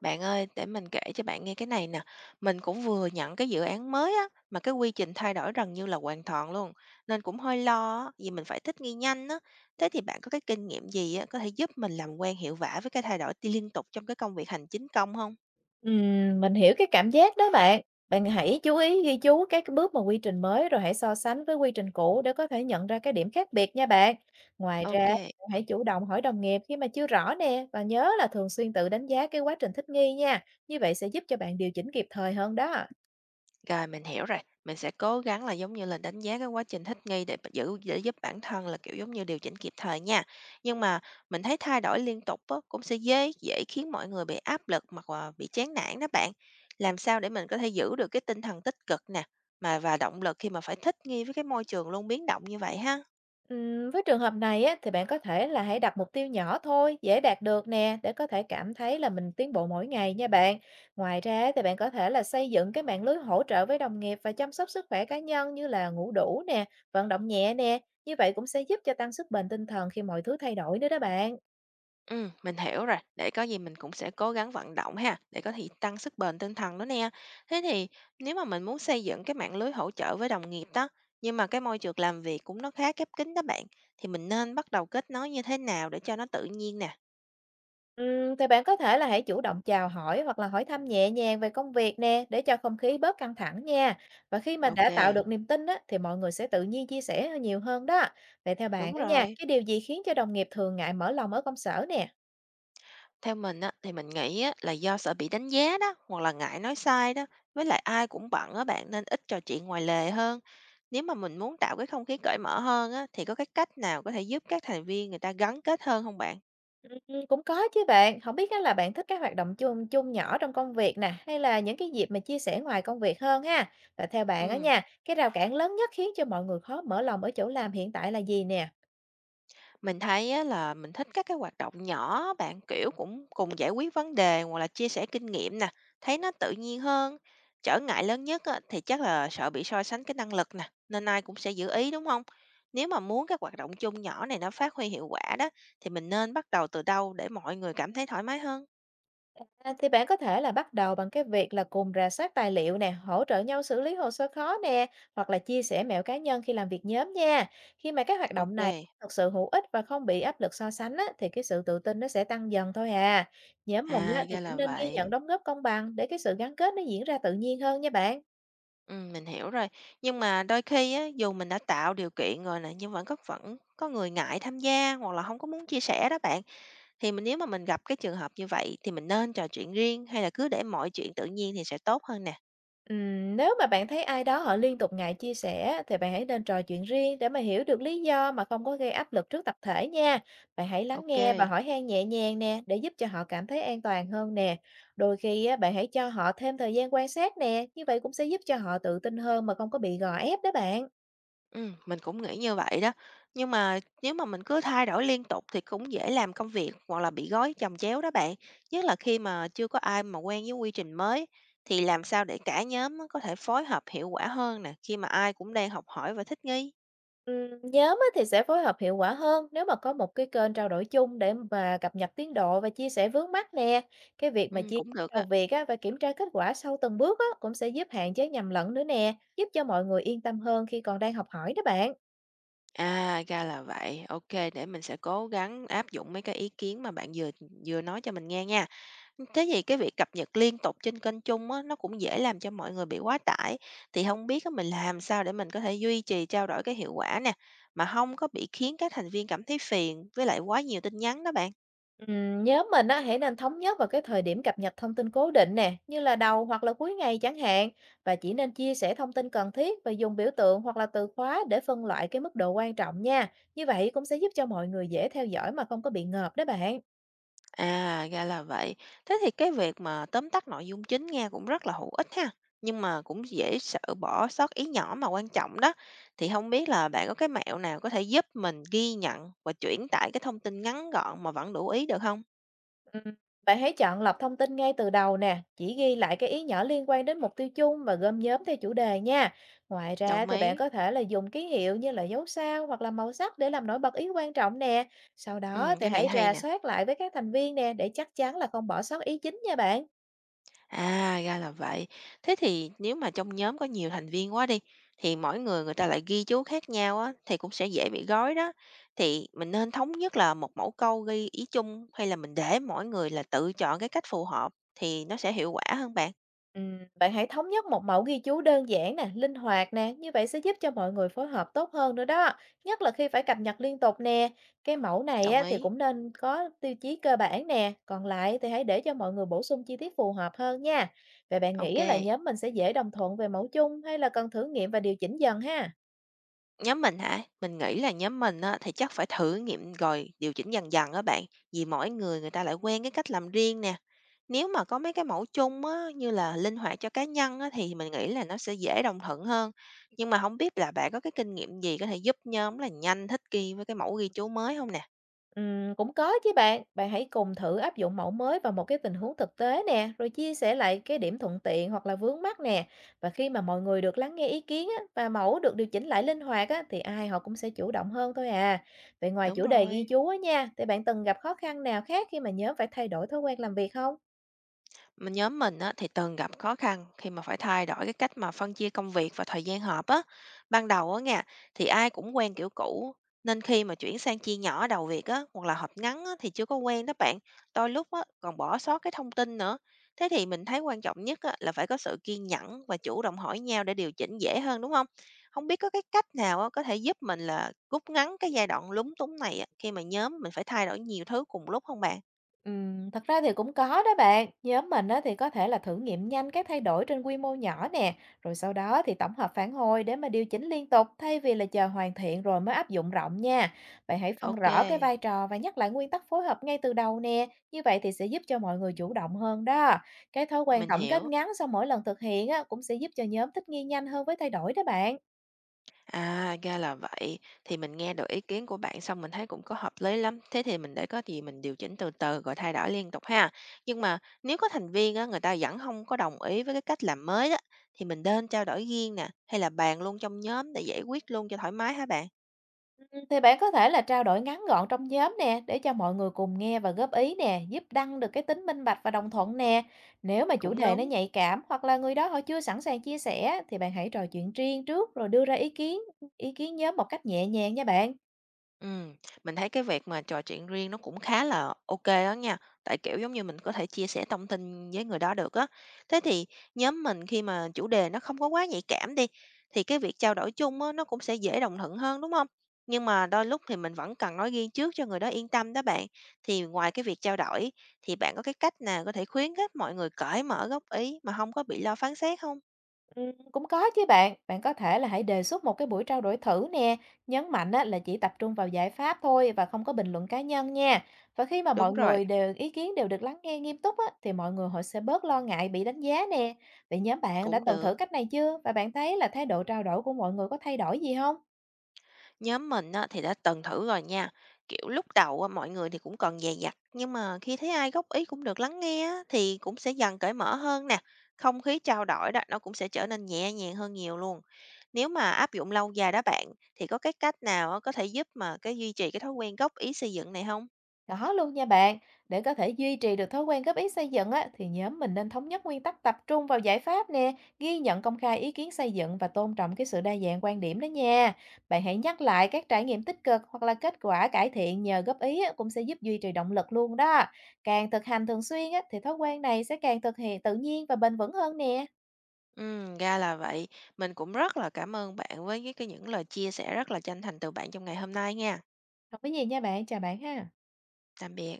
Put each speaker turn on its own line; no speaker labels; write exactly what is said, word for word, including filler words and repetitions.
Bạn ơi, để mình kể cho bạn nghe cái này nè. Mình cũng vừa nhận cái dự án mới á, mà cái quy trình thay đổi gần như là hoàn toàn luôn. Nên cũng hơi lo á, vì mình phải thích nghi nhanh á. Thế thì bạn có cái kinh nghiệm gì á, có thể giúp mình làm quen hiệu quả với cái thay đổi ti- liên tục trong cái công việc hành chính công không?
Ừm, mình hiểu cái cảm giác đó bạn. Bạn hãy chú ý ghi chú các cái bước mà quy trình mới rồi hãy so sánh với quy trình cũ để có thể nhận ra cái điểm khác biệt nha bạn. Ngoài ra,
Ok.
bạn hãy chủ động hỏi đồng nghiệp khi mà chưa rõ nè và nhớ là thường xuyên tự đánh giá cái quá trình thích nghi nha. Như vậy sẽ giúp cho bạn điều chỉnh kịp thời hơn đó.
Rồi, mình hiểu rồi. Mình sẽ cố gắng là giống như là đánh giá cái quá trình thích nghi để giữ để giúp bản thân là, kiểu, giống như điều chỉnh kịp thời nha. Nhưng mà mình thấy thay đổi liên tục á, cũng sẽ dễ dễ khiến mọi người bị áp lực hoặc là bị chán nản đó bạn. Làm sao để mình có thể giữ được cái tinh thần tích cực nè, mà và động lực khi mà phải thích nghi với cái môi trường luôn biến động như vậy ha?
Ừm, với trường hợp này á, thì bạn có thể là hãy đặt mục tiêu nhỏ thôi, dễ đạt được nè, để có thể cảm thấy là mình tiến bộ mỗi ngày nha bạn. Ngoài ra á, thì bạn có thể là xây dựng cái mạng lưới hỗ trợ với đồng nghiệp và chăm sóc sức khỏe cá nhân như là ngủ đủ nè, vận động nhẹ nè. Như vậy cũng sẽ giúp cho tăng sức bền tinh thần khi mọi thứ thay đổi nữa đó bạn.
Ừm, mình hiểu rồi, để có gì mình cũng sẽ cố gắng vận động ha, để có thể tăng sức bền tinh thần đó nè. Thế thì nếu mà mình muốn xây dựng cái mạng lưới hỗ trợ với đồng nghiệp đó, nhưng mà cái môi trường làm việc cũng nó khá khép kín đó bạn, thì mình nên bắt đầu kết nối như thế nào để cho nó tự nhiên nè?
Ừm, thì bạn có thể là hãy chủ động chào hỏi hoặc là hỏi thăm nhẹ nhàng về công việc nè để cho không khí bớt căng thẳng nha. Và khi mà
Ok,
đã tạo được niềm tin á, thì mọi người sẽ tự nhiên chia sẻ nhiều hơn đó. Vậy theo bạn
đúng
á nha,
rồi.
cái điều gì khiến cho đồng nghiệp thường ngại mở lòng ở công sở nè?
Theo mình á, thì mình nghĩ á, là do sợ bị đánh giá đó, hoặc là ngại nói sai đó, với lại ai cũng bận á bạn nên ít trò chuyện ngoài lề hơn. Nếu mà mình muốn tạo cái không khí cởi mở hơn á, thì có cái cách nào có thể giúp các thành viên người ta gắn kết hơn không bạn?
Ừm, cũng có chứ bạn. Không biết á là bạn thích các hoạt động chung chung nhỏ trong công việc nè hay là những cái dịp mà chia sẻ ngoài công việc hơn ha. Và theo bạn á
Ừm,
nha, cái rào cản lớn nhất khiến cho mọi người khó mở lòng ở chỗ làm hiện tại là gì nè?
mình thấy á là mình thích các cái hoạt động nhỏ bạn, kiểu, cũng cùng giải quyết vấn đề hoặc là chia sẻ kinh nghiệm nè, thấy nó tự nhiên hơn. Trở ngại lớn nhất á thì chắc là sợ bị so sánh cái năng lực nè, nên ai cũng sẽ giữ ý, đúng không? Nếu mà muốn các hoạt động chung nhỏ này nó phát huy hiệu quả đó, thì mình nên bắt đầu từ đâu để mọi người cảm thấy thoải mái hơn?
À, thì bạn có thể là bắt đầu bằng cái việc là cùng rà soát tài liệu nè, hỗ trợ nhau xử lý hồ sơ khó nè, hoặc là chia sẻ mẹo cá nhân khi làm việc nhóm nha. Khi mà các hoạt động này
Ok.
thực sự hữu ích và không bị áp lực so sánh á, thì cái sự tự tin nó sẽ tăng dần thôi à. Nhóm mình á,
À,
thì
ra
cũng
là
nên ghi
vậy.
nhận đóng góp công bằng để cái sự gắn kết nó diễn ra tự nhiên hơn nha bạn.
Ừm, mình hiểu rồi. Nhưng mà đôi khi á, dù mình đã tạo điều kiện rồi nè, nhưng vẫn có vẫn có người ngại tham gia hoặc là không có muốn chia sẻ đó bạn. Thì mình nếu mà mình gặp cái trường hợp như vậy thì mình nên trò chuyện riêng hay là cứ để mọi chuyện tự nhiên thì sẽ tốt hơn nè?
Ừm, nếu mà bạn thấy ai đó họ liên tục ngại chia sẻ thì bạn hãy nên trò chuyện riêng để mà hiểu được lý do mà không có gây áp lực trước tập thể nha. Bạn hãy lắng nghe và
Ok.
hỏi han nhẹ nhàng nè để giúp cho họ cảm thấy an toàn hơn nè. Đôi khi á, bạn hãy cho họ thêm thời gian quan sát nè, như vậy cũng sẽ giúp cho họ tự tin hơn mà không có bị gò ép đó bạn.
Ừm, mình cũng nghĩ như vậy đó. Nhưng mà nếu mà mình cứ thay đổi liên tục thì cũng dễ làm công việc hoặc là bị gói chồng chéo đó bạn. Nhất là khi mà chưa có ai mà quen với quy trình mới, thì làm sao để cả nhóm á có thể phối hợp hiệu quả hơn nè, khi mà ai cũng đang học hỏi và thích nghi?
Ừm, nhóm á thì sẽ phối hợp hiệu quả hơn nếu mà có một cái kênh trao đổi chung để mà cập nhật tiến độ và chia sẻ vướng mắc nè. Cái việc mà
Ừm,
chia
cũng
sẻ
được
đầu
á.
việc á và kiểm tra kết quả sau từng bước á cũng sẽ giúp hạn chế nhầm lẫn nữa nè, giúp cho mọi người yên tâm hơn khi còn đang học hỏi đó bạn.
À, ra là vậy. Ok, để mình sẽ cố gắng áp dụng mấy cái ý kiến mà bạn vừa vừa nói cho mình nghe nha. Thế thì cái việc cập nhật liên tục trên kênh chung á, nó cũng dễ làm cho mọi người bị quá tải, thì không biết á mình làm sao để mình có thể duy trì trao đổi cái hiệu quả nè, mà không có bị khiến các thành viên cảm thấy phiền với lại quá nhiều tin nhắn đó bạn?
Ừm, nhóm mình á hãy nên thống nhất vào cái thời điểm cập nhật thông tin cố định nè, như là đầu hoặc là cuối ngày chẳng hạn, và chỉ nên chia sẻ thông tin cần thiết và dùng biểu tượng hoặc là từ khóa để phân loại cái mức độ quan trọng nha. Như vậy cũng sẽ giúp cho mọi người dễ theo dõi mà không có bị ngợp đó bạn.
À, ra là vậy. Thế thì cái việc mà tóm tắt nội dung chính nghe cũng rất là hữu ích ha, nhưng mà cũng dễ sợ bỏ sót ý nhỏ mà quan trọng đó. Thì không biết là bạn có cái mẹo nào có thể giúp mình ghi nhận và chuyển tải cái thông tin ngắn gọn mà vẫn đủ ý được không?
Ừm, Bạn hãy chọn lọc thông tin ngay từ đầu nè, chỉ ghi lại cái ý nhỏ liên quan đến mục tiêu chung và gom nhóm theo chủ đề nha. Ngoài ra
Đồng
thì bạn
ý.
có thể là dùng ký hiệu như là dấu sao hoặc là màu sắc để làm nổi bật ý quan trọng nè. Sau đó
Ừ,
thì
cái này
hãy
hay
rà
nè.
soát lại với các thành viên nè để chắc chắn là không bỏ sót ý chính nha bạn.
À, ra là vậy. Thế thì nếu mà trong nhóm có nhiều thành viên quá đi, thì mỗi người người ta lại ghi chú khác nhau á, thì cũng sẽ dễ bị gói đó. Thì mình nên thống nhất là một mẫu câu ghi ý chung hay là mình để mỗi người là tự chọn cái cách phù hợp thì nó sẽ hiệu quả hơn bạn.
Ừm, bạn hãy thống nhất một mẫu ghi chú đơn giản nè, linh hoạt nè, như vậy sẽ giúp cho mọi người phối hợp tốt hơn nữa đó, nhất là khi phải cập nhật liên tục nè. Cái mẫu này
Đồng
á, thì
ý.
cũng nên có tiêu chí cơ bản nè, còn lại thì hãy để cho mọi người bổ sung chi tiết phù hợp hơn nha. Vậy bạn
Ok.
nghĩ là nhóm mình sẽ dễ đồng thuận về mẫu chung hay là cần thử nghiệm và điều chỉnh dần ha?
Nhóm mình hả? Mình nghĩ là nhóm mình á, thì chắc phải thử nghiệm rồi điều chỉnh dần dần á bạn. Vì mỗi người người ta lại quen cái cách làm riêng nè. Nếu mà có mấy cái mẫu chung á, như là linh hoạt cho cá nhân á, thì mình nghĩ là nó sẽ dễ đồng thuận hơn. Nhưng mà không biết là bạn có cái kinh nghiệm gì có thể giúp nhóm là nhanh thích nghi với cái mẫu ghi chú mới không nè?
Ừm, cũng có chứ bạn. Bạn hãy cùng thử áp dụng mẫu mới vào một cái tình huống thực tế nè, rồi chia sẻ lại cái điểm thuận tiện hoặc là vướng mắc nè. Và khi mà mọi người được lắng nghe ý kiến á, và mẫu được điều chỉnh lại linh hoạt á, thì ai họ cũng sẽ chủ động hơn thôi à. Vậy ngoài
Đúng
chủ đề ghi
rồi.
chú á nha, thì bạn từng gặp khó khăn nào khác khi mà nhóm phải thay đổi thói quen làm việc không?
Mình nhóm mình á, thì từng gặp khó khăn khi mà phải thay đổi cái cách mà phân chia công việc và thời gian họp á. Ban đầu á nha, thì ai cũng quen kiểu cũ, nên khi mà chuyển sang chia nhỏ đầu việc á, hoặc là họp ngắn á, thì chưa có quen đó bạn. Đôi lúc á, còn bỏ sót cái thông tin nữa. Thế thì mình thấy quan trọng nhất á, là phải có sự kiên nhẫn và chủ động hỏi nhau để điều chỉnh dễ hơn đúng không? Không biết có cái cách nào á, có thể giúp mình là rút ngắn cái giai đoạn lúng túng này á, khi mà nhóm mình phải thay đổi nhiều thứ cùng lúc không bạn?
Ừm, thật ra thì cũng có đó bạn. Nhóm mình á, thì có thể là thử nghiệm nhanh các thay đổi trên quy mô nhỏ nè, rồi sau đó thì tổng hợp phản hồi để mà điều chỉnh liên tục thay vì là chờ hoàn thiện rồi mới áp dụng rộng nha. Bạn hãy phân
Ok,
rõ cái vai trò và nhắc lại nguyên tắc phối hợp ngay từ đầu nè. Như vậy thì sẽ giúp cho mọi người chủ động hơn đó. Cái thói quen
mình
tổng kết
hiểu.
ngắn sau mỗi lần thực hiện á, cũng sẽ giúp cho nhóm thích nghi nhanh hơn với thay đổi đó bạn.
À, ra là vậy. Thì mình nghe được ý kiến của bạn xong mình thấy cũng có hợp lý lắm. Thế thì mình để có gì mình điều chỉnh từ từ rồi thay đổi liên tục ha. Nhưng mà nếu có thành viên á, người ta vẫn không có đồng ý với cái cách làm mới đó, thì mình nên trao đổi riêng nè, hay là bàn luôn trong nhóm để giải quyết luôn cho thoải mái hả bạn?
Ừm, thì bạn có thể là trao đổi ngắn gọn trong nhóm nè để cho mọi người cùng nghe và góp ý nè, giúp tăng được cái tính minh bạch và đồng thuận nè. Nếu mà chủ
Cũng
đề nó
đúng.
nhạy cảm hoặc là người đó họ chưa sẵn sàng chia sẻ thì bạn hãy trò chuyện riêng trước rồi đưa ra ý kiến ý kiến nhóm một cách nhẹ nhàng nha bạn.
Ừm, mình thấy cái việc mà trò chuyện riêng nó cũng khá là ok đó nha, tại, kiểu, giống như mình có thể chia sẻ thông tin với người đó được á. Thế thì nhóm mình khi mà chủ đề nó không có quá nhạy cảm đi, thì cái việc trao đổi chung á, nó cũng sẽ dễ đồng thuận hơn, đúng không? Nhưng mà đôi lúc thì mình vẫn cần nói riêng trước cho người đó yên tâm đó bạn. Thì ngoài cái việc trao đổi, thì bạn có cái cách nào có thể khuyến khích mọi người cởi mở góp ý mà không có bị lo phán xét không?
Ừm, cũng có chứ bạn, bạn có thể là hãy đề xuất một cái buổi trao đổi thử nè, nhấn mạnh á, là chỉ tập trung vào giải pháp thôi và không có bình luận cá nhân nha. Và khi mà mọi
Đúng rồi,
người đều ý kiến đều được lắng nghe nghiêm túc á, thì mọi người họ sẽ bớt lo ngại bị đánh giá nè. Vậy nhóm bạn đã
cũng
từng thử
được.
cách này chưa? Và bạn thấy là thái độ trao đổi của mọi người có thay đổi gì không?
Nhóm mình á, thì đã từng thử rồi nha. Kiểu lúc đầu á, mọi người thì cũng còn dè dặt, nhưng mà khi thấy ai góp ý cũng được lắng nghe á, thì cũng sẽ dần cởi mở hơn nè. Không khí trao đổi đó nó cũng sẽ trở nên nhẹ nhàng hơn nhiều luôn. Nếu mà áp dụng lâu dài đó bạn, thì có cái cách nào á, có thể giúp mà cái duy trì cái thói quen góp ý xây dựng này không?
Có luôn nha bạn, để có thể duy trì được thói quen góp ý xây dựng á, thì nhóm mình nên thống nhất nguyên tắc tập trung vào giải pháp nè, ghi nhận công khai ý kiến xây dựng và tôn trọng cái sự đa dạng quan điểm đó nha. Bạn hãy nhắc lại các trải nghiệm tích cực hoặc là kết quả cải thiện nhờ góp ý á, cũng sẽ giúp duy trì động lực luôn đó. Càng thực hành thường xuyên á, thì thói quen này sẽ càng thực hiện tự nhiên và bền vững hơn nè.
Ừ, ra là vậy. Mình cũng rất là cảm ơn bạn với cái, cái những lời chia sẻ rất là chân thành từ bạn trong ngày hôm nay nha.
Không có gì nha bạn, chào bạn ha.
Tạm biệt.